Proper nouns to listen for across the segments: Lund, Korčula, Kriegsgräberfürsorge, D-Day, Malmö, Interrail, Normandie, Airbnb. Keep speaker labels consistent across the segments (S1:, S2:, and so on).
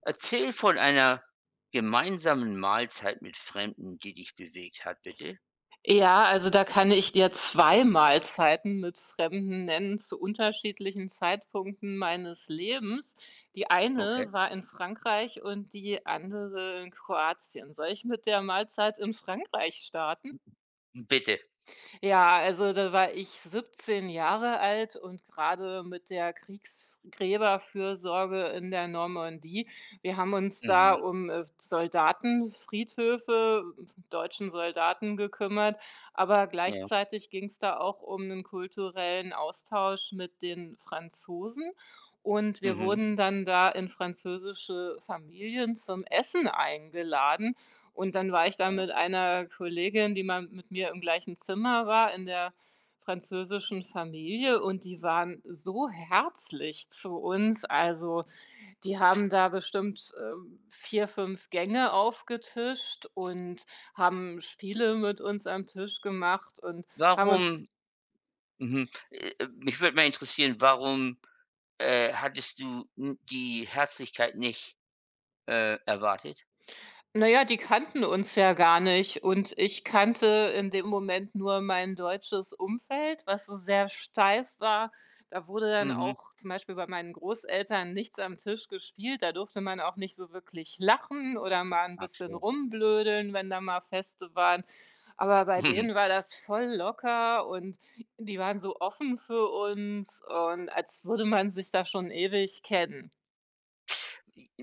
S1: Erzähl von einer gemeinsamen Mahlzeit mit Fremden, die dich bewegt hat, bitte.
S2: Ja, also da kann ich dir 2 Mahlzeiten mit Fremden nennen zu unterschiedlichen Zeitpunkten meines Lebens. Die
S1: Okay.
S2: eine war in Frankreich und die andere in Kroatien. Soll ich mit der Mahlzeit in Frankreich starten?
S1: Bitte.
S2: Ja, also da war ich 17 Jahre alt und gerade mit der Kriegsgräberfürsorge in der Normandie. Wir haben uns da
S1: Mhm.
S2: um Soldatenfriedhöfe, deutschen Soldaten gekümmert, aber
S1: Ja.
S2: gleichzeitig ging es da auch um einen kulturellen Austausch mit den Franzosen. Und wir
S1: Mhm.
S2: wurden dann da in französische Familien zum Essen eingeladen. Und dann war ich da
S1: Ja.
S2: mit einer Kollegin, die mal mit mir im gleichen Zimmer war, in der französischen Familie und die waren so herzlich zu uns. Also, die haben da bestimmt, 4, 5 Gänge aufgetischt und haben Spiele mit uns am Tisch gemacht und haben uns.
S1: Warum mhm. Mich würde mal interessieren, warum, hattest du n die Herzlichkeit nicht, erwartet?
S2: Na ja, die kannten uns ja gar nicht und ich kannte in dem Moment nur mein deutsches Umfeld, was so sehr steif war. Da wurde dann
S1: Mhm.
S2: auch zum Beispiel bei meinen Großeltern nichts am Tisch gespielt. Da durfte man auch nicht so wirklich lachen oder mal ein
S1: Ach
S2: bisschen
S1: so.
S2: rumblödeln, wenn da mal Feste waren. Aber bei
S1: Mhm.
S2: denen war das voll locker und die waren so offen für uns und als würde man sich da schon ewig kennen.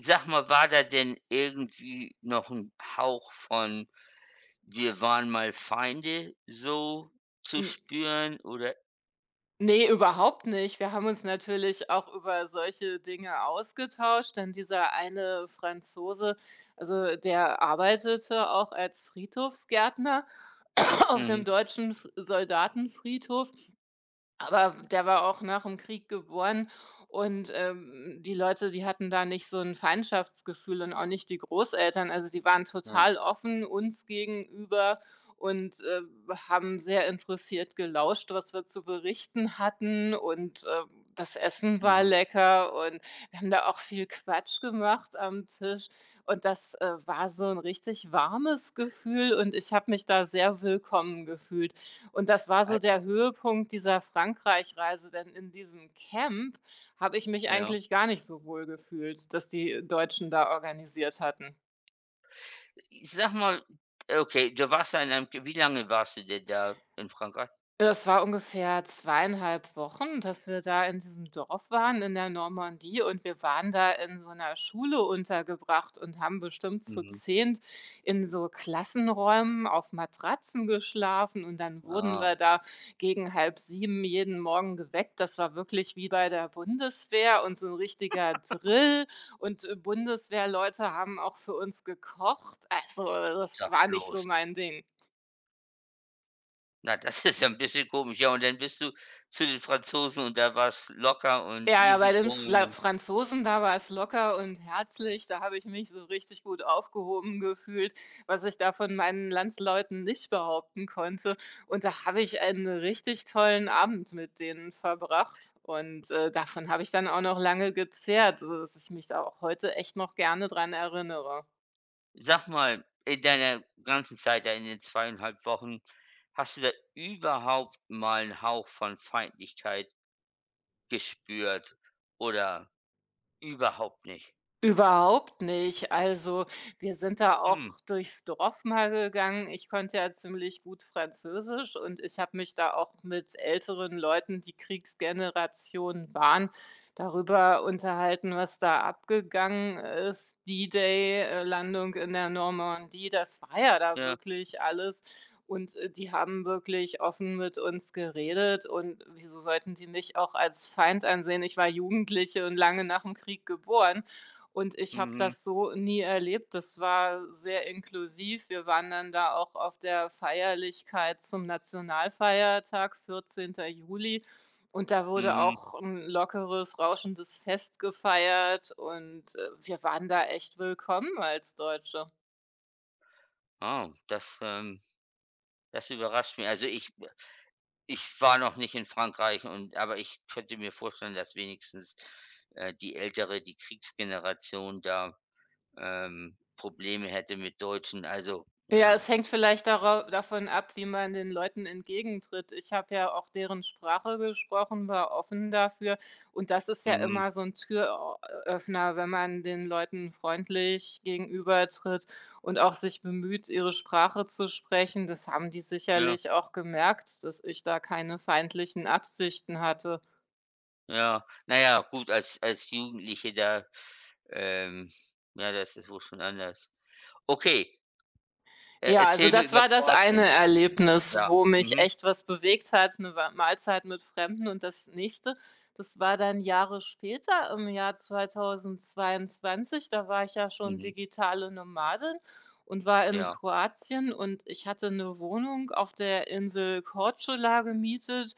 S1: Sag mal, war da denn irgendwie noch ein Hauch von „Wir waren mal Feinde“ so zu spüren oder
S2: Ne, überhaupt nicht. Wir haben uns natürlich auch über solche Dinge ausgetauscht, denn dieser eine Franzose, also der arbeitete auch als Friedhofsgärtner auf
S1: mhm,
S2: dem deutschen F Soldatenfriedhof, aber der war auch nach dem Krieg geboren und, die Leute, die hatten da nicht so ein Feindschaftsgefühl und auch nicht die Großeltern. Also, die waren
S1: ja,
S2: total offen uns gegenüber und, haben sehr interessiert gelauscht, was wir zu berichten hatten und, das Essen war
S1: mhm.
S2: lecker und wir haben da auch viel Quatsch gemacht am Tisch und das war so ein richtig warmes Gefühl und ich habe mich da sehr willkommen gefühlt. Und das war so der Höhepunkt dieser Frankreich-Reise, denn in diesem Camp habe ich mich
S1: Ja.
S2: eigentlich gar nicht so wohl gefühlt, dass die Deutschen da organisiert hatten.
S1: Ich Sag mal okay, du warst da in einem wie lange warst du denn da in Frankreich?
S2: Es war ungefähr 2,5 Wochen, dass wir da in diesem Dorf waren in der Normandie und wir waren da in so einer Schule untergebracht und haben bestimmt zu
S1: Mhm.
S2: 10 in so Klassenräumen auf Matratzen geschlafen und dann wurden
S1: Ah,
S2: wir da gegen halb sieben jeden Morgen geweckt. Das war wirklich wie bei der Bundeswehr und so ein richtiger Drill und, Bundeswehrleute haben auch für uns gekocht. Also, das
S1: sag
S2: war nicht so
S1: bloß.
S2: mein Ding.
S1: Na, das ist ja ein bisschen komisch. Ja, und dann bist du zu den Franzosen und da war's locker und
S2: Ja, ja, bei
S1: easy
S2: den
S1: going
S2: Fla
S1: und
S2: Franzosen, da war es locker und herzlich. Da habe ich mich so richtig gut aufgehoben gefühlt, was ich da von meinen Landsleuten nicht behaupten konnte. Und da habe ich einen richtig tollen Abend mit denen verbracht. Und, davon habe ich dann auch noch lange gezehrt, sodass ich mich da auch heute echt noch gerne dran erinnere.
S1: sag mal, in deiner ganzen Zeit da in den zweieinhalb Wochen, hast du da überhaupt mal einen Hauch von Feindlichkeit gespürt oder überhaupt nicht?
S2: Überhaupt nicht. Also, wir sind da
S1: Hm,
S2: auch durchs Dorf mal gegangen. Ich konnte ja ziemlich gut Französisch und ich habe mich da auch mit älteren Leuten, die Kriegsgenerationen waren, darüber unterhalten, was da abgegangen ist. D-Day, Landung in der Normandie, das war ja da
S1: ja,
S2: wirklich alles. Und die haben wirklich offen mit uns geredet. Und wieso sollten die mich auch als Feind ansehen? Ich war Jugendliche und lange nach dem Krieg geboren. Und ich habe
S1: mhm,
S2: das so nie erlebt. Das war sehr inklusiv. Wir waren dann da auch auf der Feierlichkeit zum Nationalfeiertag, 14. Juli. Und da wurde
S1: mhm.
S2: auch ein lockeres, rauschendes Fest gefeiert und, wir waren da echt willkommen als Deutsche.
S1: Oh, das überrascht mich. Also, ich war noch nicht in Frankreich und aber ich könnte mir vorstellen, dass wenigstens, die Ältere, die Kriegsgeneration da, Probleme hätte mit Deutschen. Also,
S2: Ja,
S1: ja,
S2: es hängt vielleicht darau davon ab, wie man den Leuten entgegentritt. Ich habe ja auch deren Sprache gesprochen, war offen dafür und das ist ja
S1: mhm,
S2: immer so ein Türöffner, wenn man den Leuten freundlich gegenübertritt und auch sich bemüht, ihre Sprache zu sprechen. Das haben die
S1: ja,
S2: sicherlich auch gemerkt, dass ich da keine feindlichen Absichten hatte.
S1: ja. Na ja, gut, als Jugendliche da, ähm ja, das ist wohl schon anders. Okay,
S2: Ja, also
S1: erzähl mir
S2: das
S1: über
S2: war das
S1: Kroatien.
S2: eine Erlebnis,
S1: Ja,
S2: wo mich
S1: mhm,
S2: echt was bewegt hat, 'ne Wa Mahlzeit mit Fremden. Und das nächste, das war dann Jahre später, im Jahr 2022. Da war ich ja schon
S1: mhm,
S2: digitale Nomadin und war in
S1: ja,
S2: Kroatien und ich hatte 'ne Wohnung auf der Insel Korčula gemietet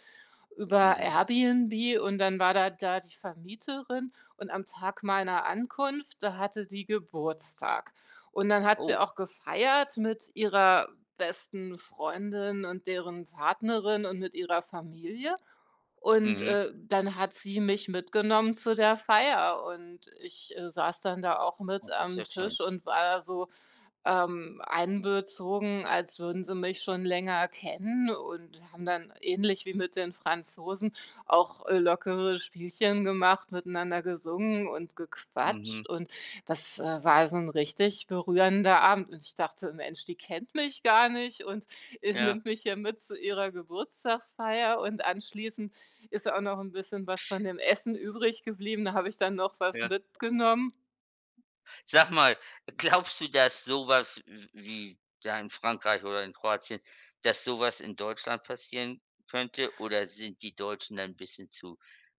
S2: über
S1: mhm.
S2: Airbnb und dann war da die Vermieterin und am Tag meiner Ankunft, da hatte die Geburtstag. Und dann hat sie
S1: Oh,
S2: auch gefeiert mit ihrer besten Freundin und deren Partnerin und mit ihrer Familie. Und,
S1: mhm.
S2: dann hat sie mich mitgenommen zu der Feier und ich saß dann da auch
S1: Oh,
S2: mit
S1: das ist
S2: am
S1: ja schön.
S2: Tisch und war so einbezogen, als würden sie mich schon länger kennen und haben dann ähnlich wie mit den Franzosen auch lockere Spielchen gemacht, miteinander gesungen und
S1: Mhm,
S2: gequatscht. Und das war so ein richtig berührender Abend. Und ich dachte, Mensch, die kennt mich gar nicht und
S1: ja,
S2: nimmt mich hier mit zu ihrer Geburtstagsfeier. Und anschließend ist auch noch ein bisschen was von dem Essen übrig geblieben. Da habe ich dann noch was
S1: ja.
S2: mitgenommen.
S1: Sag mal, glaubst du, dass so was w wie da in Frankreich oder in Kroatien dass sowas in Deutschland passieren könnte oder sind die Deutschen da 'n bisschen zu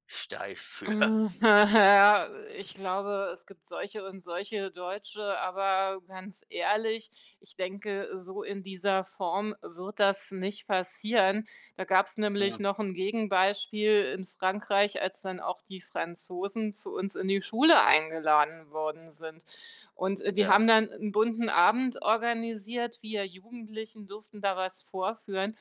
S1: steif für?
S2: Hm, ja, ich glaube, es gibt solche und solche Deutsche, aber ganz ehrlich, ich denke, so in dieser Form wird das nicht passieren. Da gab es nämlich
S1: Ja,
S2: noch ein Gegenbeispiel in Frankreich, als dann auch die Franzosen zu uns in die Schule eingeladen worden sind. Und, die
S1: ja.
S2: haben dann einen bunten Abend organisiert. Wir Jugendlichen durften da was vorführen.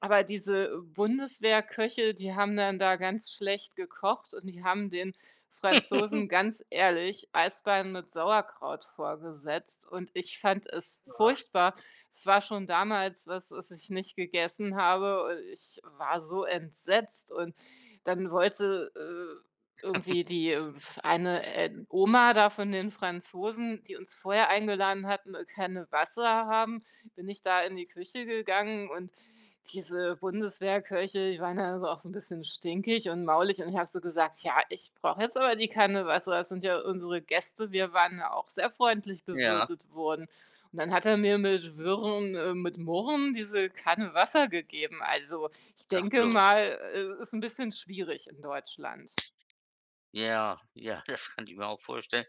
S2: Aber diese Bundeswehrköche, die haben dann da ganz schlecht gekocht und die haben den Franzosen ganz ehrlich Eisbein mit Sauerkraut vorgesetzt und ich fand es
S1: Ah,
S2: furchtbar. Es war schon damals was, was ich nicht gegessen habe und ich war so entsetzt und dann wollte, äh, irgendwie die, äh, Oma da von den Franzosen, die uns vorher eingeladen hatten, keine Wasser haben, bin ich da in die Küche gegangen und diese Bundeswehrkirche die waren dann so auch so ein bisschen stinkig und maulig und ich habe so gesagt: „Ja, ich brauche jetzt aber die Kanne Wasser, das sind ja unsere Gäste, wir waren ja auch sehr freundlich
S1: ja,
S2: bewirtet worden.“ Und dann hat er mir mit Wirren mit Murren diese Kanne Wasser gegeben. Also, ich
S1: sag
S2: denke
S1: bloß.
S2: mal, ist ein bisschen schwierig in Deutschland.
S1: Ja, ja, das kann ich mir auch vorstellen.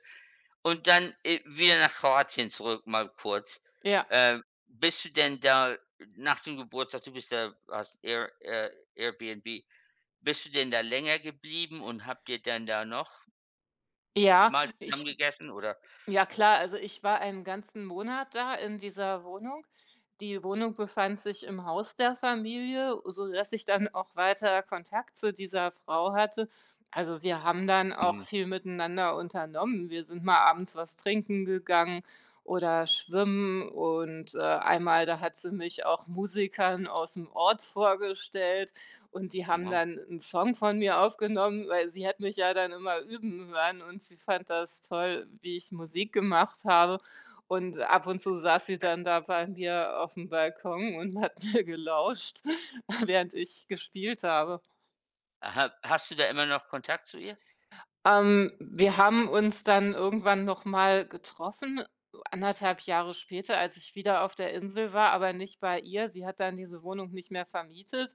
S1: Und dann, wieder nach Kroatien zurück mal kurz.
S2: Ja,
S1: Bist du denn da nach dem Geburtstag du bist da hast Airbnb. Bist du denn da länger geblieben und habt ihr dann da noch
S2: ja,
S1: mal zusammen
S2: ich
S1: gegessen oder
S2: Ja klar, also ich war 1 ganzen Monat da in dieser Wohnung. Die Wohnung befand sich im Haus der Familie, sodass ich dann auch weiter Kontakt zu dieser Frau hatte. Also wir haben dann auch
S1: mhm,
S2: viel miteinander unternommen. Wir sind mal abends was trinken gegangen oder schwimmen und einmal, da hat sie mich auch Musikern aus dem Ort vorgestellt. Und die haben
S1: wow.
S2: dann einen Song von mir aufgenommen, weil sie hat mich ja dann immer üben hören und sie fand das toll, wie ich Musik gemacht habe. Und ab und zu saß sie dann da bei mir auf dem Balkon und hat mir gelauscht, während ich gespielt habe.
S1: Ha Hast du da immer noch Kontakt zu ihr?
S2: Wir haben uns dann irgendwann noch mal getroffen, 1,5 Jahre später, als ich wieder auf der Insel war, aber nicht bei ihr. Sie hat dann diese Wohnung nicht mehr vermietet.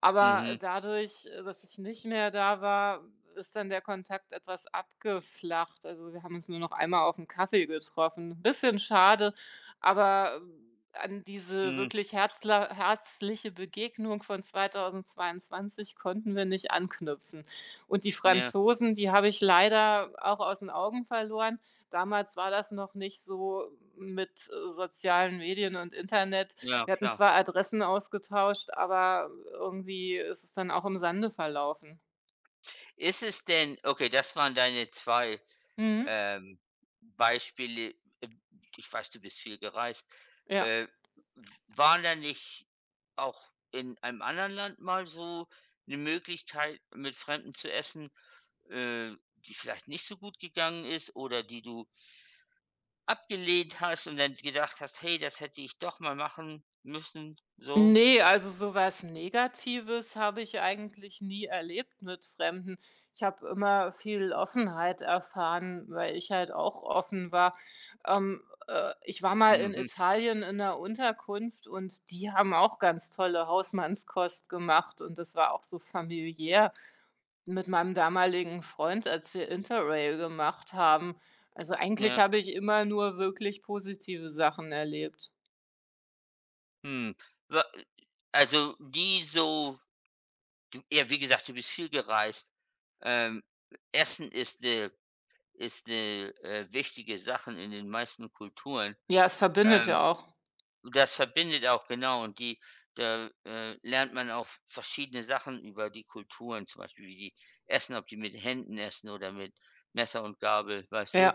S2: Aber
S1: Mhm,
S2: dadurch, dass ich nicht mehr da war, ist dann der Kontakt etwas abgeflacht. Also, wir haben uns nur noch einmal auf 'n Kaffee getroffen. Bisschen schade, aber, an diese
S1: mhm,
S2: wirklich herzla herzliche Begegnung von 2022 konnten wir nicht anknüpfen. Und die
S1: ja,
S2: Franzosen, die habe ich leider auch aus den Augen verloren. Damals war das noch nicht so mit, sozialen Medien und Internet.
S1: ja,
S2: Wir hatten
S1: klar.
S2: zwar Adressen ausgetauscht, aber irgendwie ist es dann auch im Sande verlaufen.
S1: Ist es denn okay, das waren deine 2
S2: Mhm.
S1: ähm, Beispiele. Äh, Ich weiß, du bist viel gereist.
S2: Ja.
S1: Äh, w Waren da nicht auch in einem anderen Land mal so eine Möglichkeit, mit Fremden zu essen, die vielleicht nicht so gut gegangen ist oder die du abgelehnt hast und dann gedacht hast: „Hey, das hätte ich doch mal machen müssen“, so?
S2: Ne, also sowas Negatives habe ich eigentlich nie erlebt mit Fremden. Ich habe immer viel Offenheit erfahren, weil ich halt auch offen war. Ähm, ich war mal in
S1: Mhm,
S2: Italien in 'ner Unterkunft und die haben auch ganz tolle Hausmannskost gemacht und das war auch so familiär mit meinem damaligen Freund, als wir Interrail gemacht haben. Also, eigentlich
S1: ja,
S2: habe ich immer nur wirklich positive Sachen erlebt.
S1: hm. Wa Also, die so du ja, wie gesagt, du bist viel gereist. Ähm, Essen ist eine ist 'ne, wichtige Sache in den meisten Kulturen.
S2: Ja, es verbindet
S1: Ähm,
S2: ja auch.
S1: Das verbindet auch, genau, und die da, lernt man auch verschiedene Sachen über die Kulturen, zum Beispiel, wie die essen, ob die mit Händen essen oder mit Messer und Gabel, weißt du?
S2: Ja.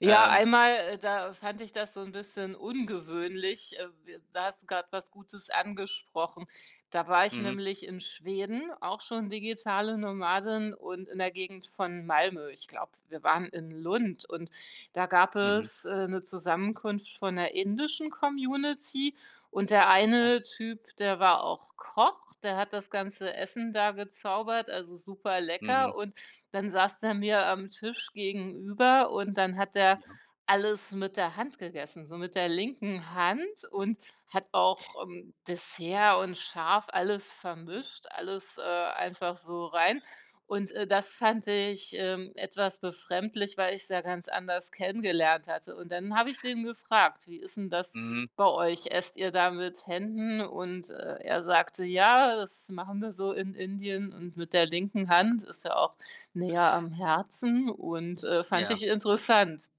S2: Ja,
S1: Ähm,
S2: einmal, da fand ich das so ein bisschen ungewöhnlich. W Da hast du gerade was Gutes angesprochen. Da war ich
S1: mhm.
S2: nämlich in Schweden, auch schon digitale Nomadin und in der Gegend von Malmö. Ich glaube, wir waren in Lund und da gab
S1: Mhm.
S2: es, 'ne Zusammenkunft von der indischen Community und der
S1: Ne?
S2: eine Typ, der war auch Koch, der hat das ganze Essen da gezaubert, also super
S1: Mhm.
S2: lecker und dann saß der mir am Tisch gegenüber und dann hat er
S1: Ja.
S2: alles mit der Hand gegessen, so mit der linken Hand und hat auch, Dessert und Schaf alles vermischt, alles einfach so rein. Und, das fand ich, etwas befremdlich, weil ich es ja ganz anders kennengelernt hatte. Und dann habe ich den gefragt: „Wie ist denn das
S1: Mhm.
S2: bei euch? Esst ihr da mit Händen?“ Und, er sagte: „Ja, das machen wir so in Indien und mit der linken Hand.“ Ist ja auch näher am Herzen und, fand
S1: Ja.
S2: ich interessant.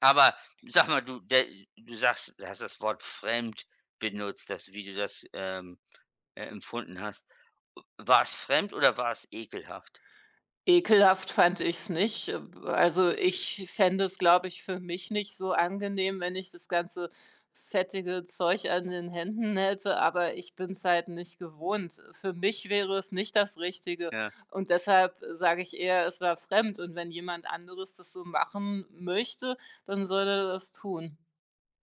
S1: Aber sag mal, du sagst, du hast das Wort „fremd“ benutzt, das wie du das, empfunden hast. War es fremd oder war es ekelhaft?
S2: Ekelhaft fand ich es nicht. Also, ich fände es, glaube ich, für mich nicht so angenehm, wenn ich das ganze fettige Zeug an den Händen hätte, aber ich bin es halt nicht gewohnt. Für mich wäre es nicht das Richtige
S1: Ja.
S2: und deshalb sage ich eher, es war fremd und wenn jemand anderes das so machen möchte, dann soll er das tun.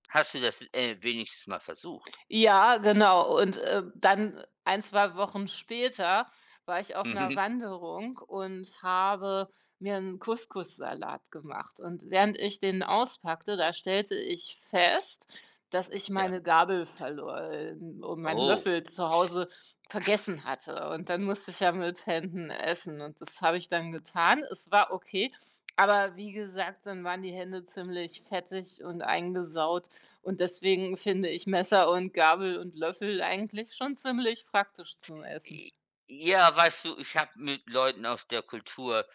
S1: Hast du das, wenigstens mal versucht?
S2: Ja, genau. Und, dann ein, 2 Wochen später war ich auf einer
S1: Mhm.
S2: Wanderung und habe mir einen Couscous-Salat gemacht. Und während ich den auspackte, da stellte ich fest, dass ich
S1: Ja.
S2: meine Gabel verlor und meinen
S1: Oh.
S2: Löffel zu Hause vergessen hatte. Und dann musste ich ja mit Händen essen und das habe ich dann getan. Es war okay, aber wie gesagt, dann waren die Hände ziemlich fettig und eingesaut. Und deswegen finde ich Messer und Gabel und Löffel eigentlich schon ziemlich praktisch zum Essen.
S1: J Ja, weißt du, ich habe mit Leuten aus der Kultur,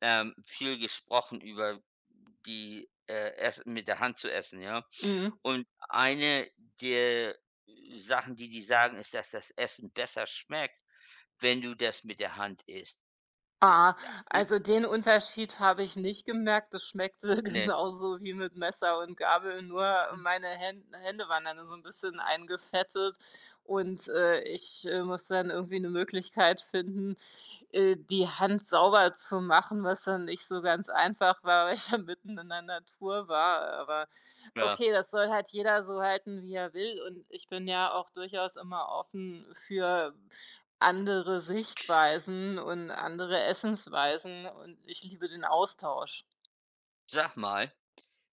S1: viel gesprochen über die, Ess mit der Hand zu essen, ja?
S2: Mhm.
S1: Und eine der Sachen, die die sagen, ist, dass das Essen besser schmeckt, wenn du das mit der Hand isst. I
S2: Ah,
S1: i
S2: also den Unterschied habe ich nicht gemerkt. Das schmeckte
S1: Ne,
S2: genauso wie mit Messer und Gabel, nur meine Hände waren dann so ein bisschen eingefettet und, ich musste dann irgendwie eine Möglichkeit finden, die Hand sauber zu machen, was dann nicht so ganz einfach war, weil ich ja mitten in der Natur war. Aber
S1: ja.
S2: okay, das soll halt jeder so halten, wie er will und ich bin ja auch durchaus immer offen für andere Sichtweisen und andere Essensweisen und ich liebe den Austausch.
S1: Sag mal,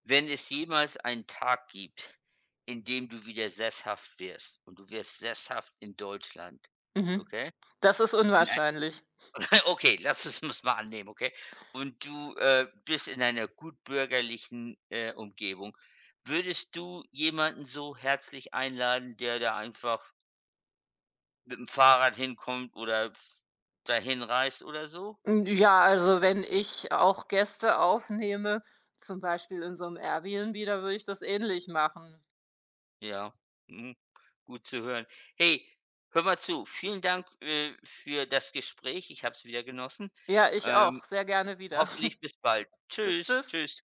S1: wenn es jemals einen Tag gibt, in dem du wieder sesshaft wirst und du wirst sesshaft in Deutschland,
S2: Mhm.
S1: okay?
S2: Das ist
S1: In ein
S2: unwahrscheinlich.
S1: okay, lass uns mal annehmen, okay? Und du, bist in einer gut bürgerlichen, Umgebung. Würdest du jemanden so herzlich einladen, der da einfach mit dem Fahrrad hinkommt oder f dahin reist oder so?
S2: Hm, ja, also, wenn ich auch Gäste aufnehme, zum Beispiel in so einem Airbnb, da würde ich das ähnlich machen.
S1: Ja, mhm, gut zu hören. Hey, hör mal zu, vielen Dank, für das Gespräch. Ich habe es wieder genossen.
S2: Ja, ich
S1: Ähm,
S2: auch. Sehr gerne wieder.
S1: Hoffentlich bis bald.
S2: Bis
S1: Tschüss,
S2: tschüss.
S1: tschüss.